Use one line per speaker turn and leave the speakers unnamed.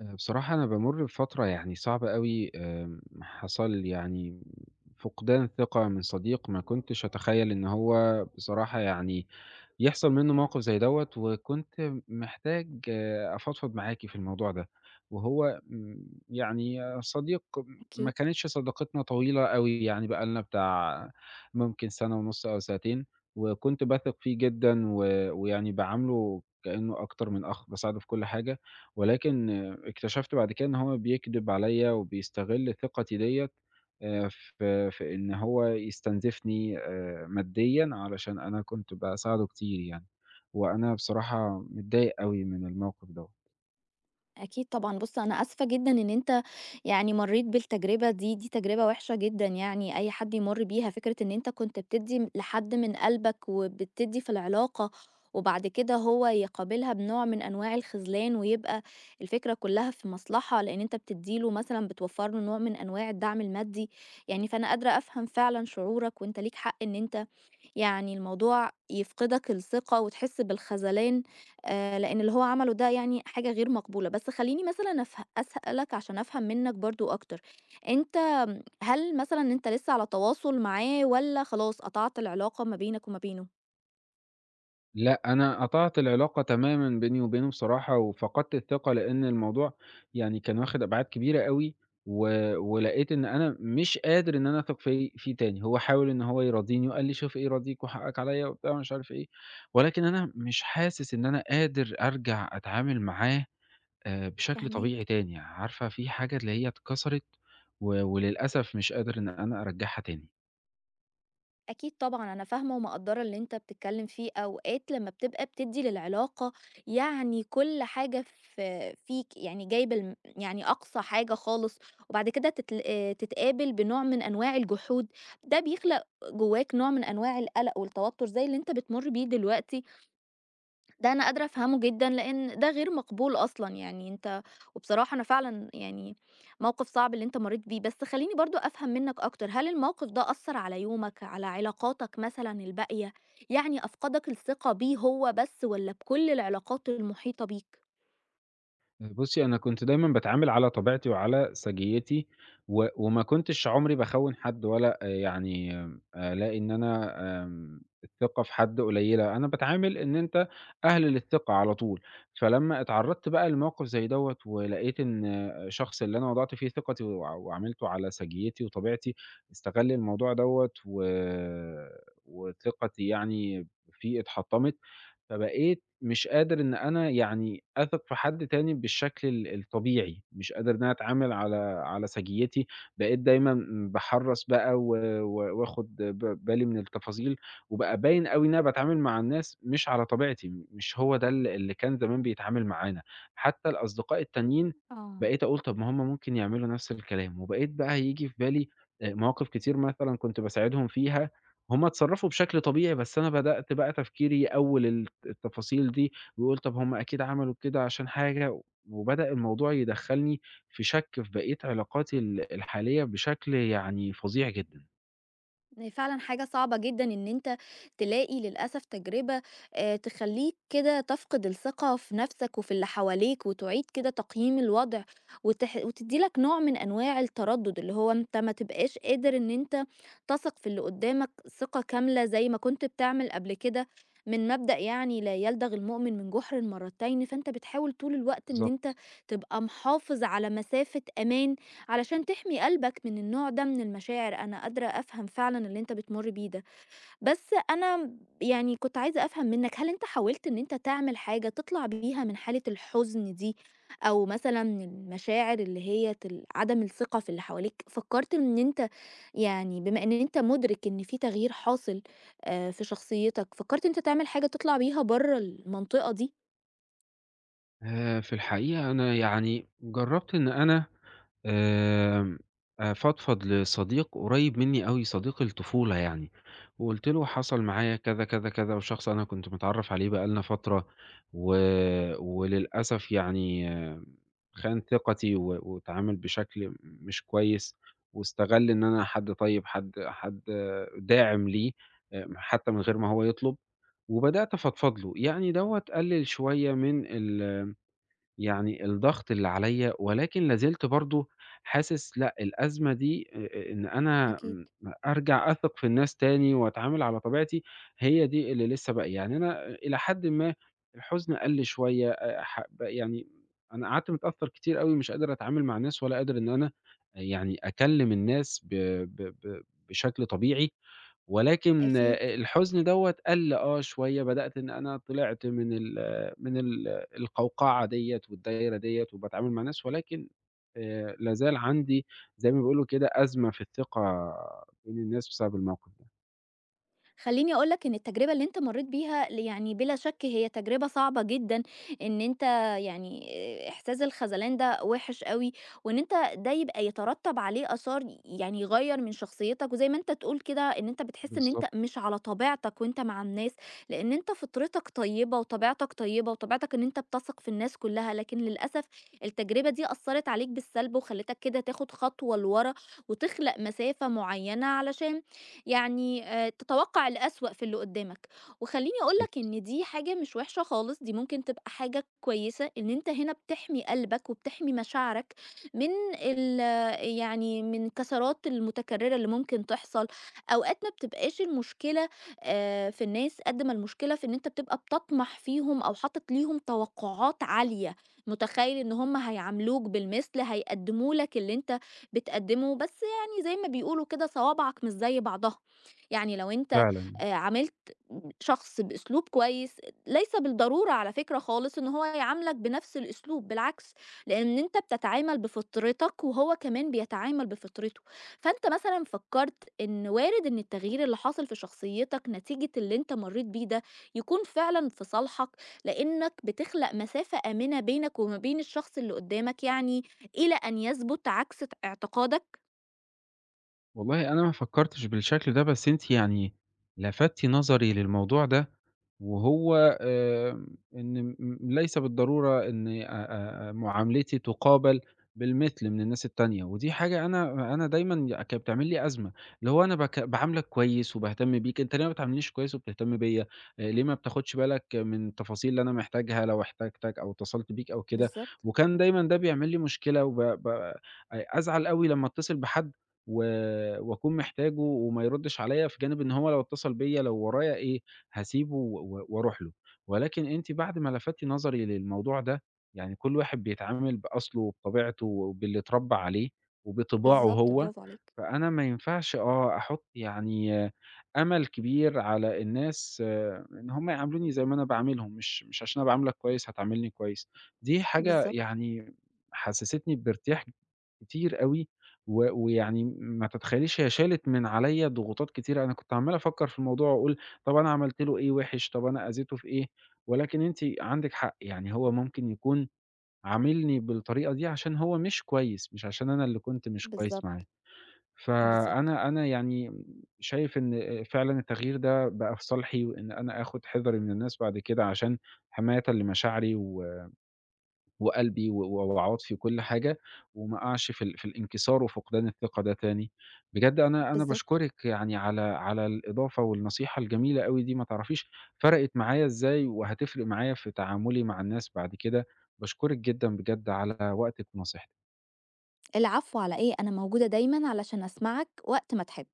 بصراحة أنا بامُر بفترة يعني صعبة أوي، حصل لي يعني فقدان ثقة من صديق ما كنتش أتخيّل إن هو بصراحة يعني يحصل منّه موقِف زي دوّة، وكنت محتاج أفضفض معاكِ في الموضوع ده، وهو يعني صديق ما
أكيد،
كانتش صداقتنا طويلة أوي، يعني بقى لنا بتاع ممكن سَنة ونُص أو سَنتين، وكنت باثق فيه جدًا و ويعني باعامله كإنه أكتر من أخ، باساعده في كل حاجة، ولكن اكتشفت بعد كده إن هو بيكدب عليّا وبيستغل ثقتي ديّة آآ في إن هو يستنزفني ماديًا علشان أنا كنت باساعده كتير يعني، وأنا بصراحة متضايق أوي من الموقف دوّة.
أكيد طبعًا. بُص، أنا آسفة جدًا إن أنت يعني مرّيت بالتجربة دي، دي تجربة وحشة جدًا يعني أي حد يمُر بيها. فكرة إن أنت كنت بتدّي لحد من قلبك وبتدّي في العلاقة، وبعد كده هو يقابلها بنوع من أنواع الخذلان، ويبقى الفكرة كُلّها في مصلحة، لإن أنت بتدّي له مثلًا بتوفّر له نوع من أنواع الدعم المادي. يعني فأنا قادرة أفهم فعلًا شعورك، وأنت ليك حق إن أنت يعني الموضوع يفقدك الثقة وتحس بالخذلان، لإن اللي هو عمله ده يعني حاجة غير مقبولة، بس خلّيني مثلًا أسألك عشان أفهم منّك برضه أكتر، أنت هل مثلًا أنت لسه على تواصل معاه والّا خلاص قطعت العلاقة ما بينك وما بينه؟
لأ، أنا قطعت العلاقة تمامًا بيني وبينه بصراحة، وفقدت الثقة لإن الموضوع يعني كان واخد أبعاد كبيرة أوي، و ولقيت إن أنا مش قادر إن أنا أثق فيه تاني، هو حاول إن هو يراضيني وقال لي: "شوف إيه يراضيك وحقك عليَّ." وبتاع ومش عارف إيه، ولكن أنا مش حاسس إن أنا قادر أرجع أتعامل معاه بشكل طبيعي
فاهماك.
تاني، عارفة في حاجة اللي هي اتكسرت و وللأسف مش قادر إن أنا أرجعها تاني.
أكيد طبعًا، أنا فاهمة ومقدّرة اللي أنت بتتكلّم فيه، أوقات لمّا بتبقى بتدّي للعلاقة يعني كل حاجة في فيك، يعني جايب يعني أقصى حاجة خالص، وبعد كده تتل تتقابل بنوع من أنواع الجحود، ده بيخلق جواك نوع من أنواع القلق والتوتر زي اللي أنت بتمُر بيه دلوقتي، ده أنا قادرة أفهمه جدًا، لإن ده غير مقبول أصلًا يعني أنت وبصراحة أنا فعلًا يعني موقف صعب اللي أنت مرّيت بيه، بس خلّيني برضه أفهم منّك أكتر، هل الموقف ده أثّر على يومك، على علاقاتك مثلًا الباقية، يعني أفقدك الثقة بيه هو بس والّا بكل العلاقات المحيطة بيك؟
بُصّي، أنا كنت دايمًا باتعامل على طبيعتي وعلى سجيتي، و وما كنتش عمري باخوّن حد ولا يعني ألاقي إن أنا الثقة في حد قليلة، أنا باتعامل إن أنت أهل للثقة على طول، فلمّا اتعرّضت بقى لموقف زي دوّة ولقيت إن الشخص اللي أنا وضعت فيه ثقتي وعاملته على سجيتي وطبيعتي استغل الموضوع دوّة و وثقتي يعني فيه اتحطمت، فبقيت مش قادر إن أنا يعني أثق في حد تاني بالشكل الطبيعي، مش قادر إن أنا أتعامل على سجيتي، بقيت دايمًا باحرّص بقى و و وآخُد بالي من التفاصيل، وبقى باين أوي إن أنا باتعامل مع الناس مش على طبيعتي، مش هو ده اللي كان زمان بيتعامل معانا، حتى الأصدقاء التانيين
آه.
بقيت أقول طَب ما هم ممكن يعملوا نفس الكلام، وبقيت بقى ييجي في بالي مواقف كتير مثلًا كنت باساعدهم فيها، هم اتصرّفوا بشكل طبيعي، بس أنا بدأت بقى تفكيري يأوّل التفاصيل دي، ويقول طب هم أكيد عملوا كده عشان حاجة، وبدأ الموضوع يدخّلني في شَك في بقية علاقاتي الحالية بشكل يعني فظيع جدًا.
إن فعلًا حاجة صعبة جدًا إن أنت تلاقي للأسف تجربة تخلّيك كده تفقد الثقة في نفسك وفي اللي حواليك، وتعيد كده تقييم الوضع، وتدّي لك نوع من أنواع التردد، اللي هو أنت ما تبقاش قادر إن أنت تثق في اللي قدّامك ثقة كاملة زي ما كنت بتعمل قبل كده، من مبدأ يعني لا يلدغ المؤمن من جُحر مرتين، فأنت بتحاول طول الوقت إن
بالضبط.
أنت تبقى محافظ على مسافة أمان علشان تحمي قلبك من النوع ده من المشاعر. أنا قادرة أفهم فعلًا اللي أنت بتمُر بيه ده، بس أنا يعني كنت عايزة أفهم منّك هل أنت حاولت إن أنت تعمل حاجة تطلع بيها من حالة الحزن دي، أو مثلًا المشاعر اللي هي عدم الثقة في اللي حواليك، فكّرت إن أنت يعني بما إن أنت مُدرك إن في تغيير حاصل في شخصيتك، فكّرت إن أنت تعمل حاجة تطلع بيها برّه المنطقة دي؟
في الحقيقة أنا يعني جرّبت إن أنا آمم، أفضفض لصديق قريب مني أوي، صديق الطفولة يعني، وقُلت له حصل معايا كذا، كذا، كذا، وشخص أنا كنت متعرّف عليه بقى لنا فترة و وللأسف يعني خان ثقتي و واتعامل بشكل مش كويس، واستغل إن أنا حد طيب، حد داعم ليه، حتى من غير ما هو يطلب، وبدأت أفضفض له، يعني دوّة قلل شوية من ال يعني الضغط اللي عليّا، ولكن لا زلت برضه حاسس لأ، الأزمة دي إن أنا
أكيد،
أرجع أثق في الناس تاني وأتعامل على طبيعتي، هي دي اللي لسه باقية. يعني أنا إلى حدٍ ما الحزن قَل شوية ح ب يعني أنا قعدت متأثّر كتير أوي، مش قادر أتعامل مع الناس ولا قادر إن أنا يعني أكلّم الناس ب ب ب بشكل طبيعي. ولكن
أكيد.
الحزن دوّة قَل شوية، بدأت إن أنا طلعت من القوقعة ديّة والدايرة ديّة وباتعامل مع ناس، ولكن لا زال عندي زي ما بيقولوا كده أزمة في الثقة بين الناس بسبب الموقف ده.
خلّيني أقول لك إن التجربة اللي أنت مرّيت بيها يعني بلا شك هي تجربة صعبة جدًا، إن أنت يعني إحساس الخذلان ده وِحِش أوي، وإن أنت ده يبقى يترتّب عليه آثار يعني يغيّر من شخصيتك، وزي ما أنت تقول كده إن أنت بتحس إن أنت
بالضبط،
مش على طبيعتك وأنت مع الناس، لإن أنت فطرتك طيبة وطبيعتك طيبة، وطبيعتك إن أنت بتثق في الناس كلّها، لكن للأسف التجربة دي أثّرت عليك بالسلب وخلّتك كده تاخد خطوة لورا، وتخلق مسافة معيّنة علشان يعني تتوقع الأسوأ في اللي قدامك. وخليني أقولك
بالضبط،
إن دي حاجة مش وحشة خالص، دي ممكن تبقى حاجة كويسة إن أنت هنا بتحمي قلبك وبتحمي مشاعرك من ال يعني من الكسرات المتكررة اللي ممكن تحصل. أوقات ما بتبقاش المشكلة في الناس قد ما المشكلة في إن أنت بتبقى بتطمح فيهم أو حاطط ليهم توقعات عالية، متخيل إن هم هيعاملوك بالمثل، هيقدموا لك اللي أنت بتقدمه. بس زي ما بيقولوا كده، صوابعك مش زي بعضها. يعني لو انت
فعلًا.
عاملت شخص باسلوب كويس، ليس بالضروره على فكره خالص ان هو يعاملك بنفس الاسلوب، بالعكس، لان انت بتتعامل بفطرتك وهو كمان بيتعامل بفطرته. فانت مثلا فكرت ان وارد ان التغيير اللي حاصل في شخصيتك نتيجه اللي انت مريت بيه ده يكون فعلا في صالحك، لانك بتخلق مسافه امنه بينك وما بين الشخص اللي قدامك، يعني الى ان يثبت عكس اعتقادك.
والله أنا ما فكّرتش بالشكل ده، بس أنتِ يعني لفتِ نظري للموضوع ده وهو إن ليس بالضرورة إن أ أ أ معاملتي تُقابل بالمثل من الناس التانية، ودي حاجة أنا دايمًا كانت بتعمل لي أزمة، اللي هو أنا باعاملك كويس وباهتم بيك، أنت ليه ما بتعاملنيش كويس وبتهتم بيّا، ليه ما بتاخدش بالك من التفاصيل اللي أنا محتاجها لو احتاجتك أو اتصلت بيك أو كده،
بالظبط
وكان دايمًا ده بيعمل لي مشكلة وب ب أ أزعل أوي لمّا أتصل بحد و وأكون محتاجه وما يردش عليّا، في جانب إن هو لو اتصل بيّا لو ورايا إيه، هاسيبه و و وأروح له، ولكن أنتِ بعد ما لفتِ نظري للموضوع ده، يعني كل واحد بيتعامل بأصله وبطبيعته وباللي اتربى عليه وبطباعه
بالضبط،
هو،
برافو عليك،
فأنا ما ينفعش أحُط يعني أمل كبير على الناس إن هم يعاملوني زي ما أنا باعاملهم، مش عشان أنا باعاملك كويس هتعاملني كويس، دي حاجة
بالضبط،
يعني حسستني بارتياح كتير أوي، و ويعني ما تتخيليش هي شالت من عليَّ ضغوطات كتيرة، أنا كنت عمّال أفكر في الموضوع وأقول طب أنا عملت له إيه وِحِش، طب أنا أذيته في إيه، ولكن أنتِ عندِك حق، يعني هو ممكن يكون عاملني بالطريقة دي عشان هو مش كويس، مش عشان أنا اللي كنت مش كويس معاه.
بالضبط، بالضبط،
فأنا يعني شايف إن فعلًا التغيير ده بقى في صالحي، وإن أنا آخُد حذري من الناس بعد كده عشان حمايةً لمشاعري و وقلبي و وعواطفي وكل حاجة، وما أقعش في الانكسار وفقدان الثقة ده تاني. بجد أنا
بالضبط.
باشكرِك يعني على الإضافة والنصيحة الجميلة أوي دي، ما تعرفيش فرقِت معايا إزاي، وهتفرق معايا في تعاملي مع الناس بعد كده. باشكرِك جدًا بجد على وقتِك ونصيحتِك.
العفو على إيه، أنا موجودة دايمًا علشان أسمعك وقت ما تحب.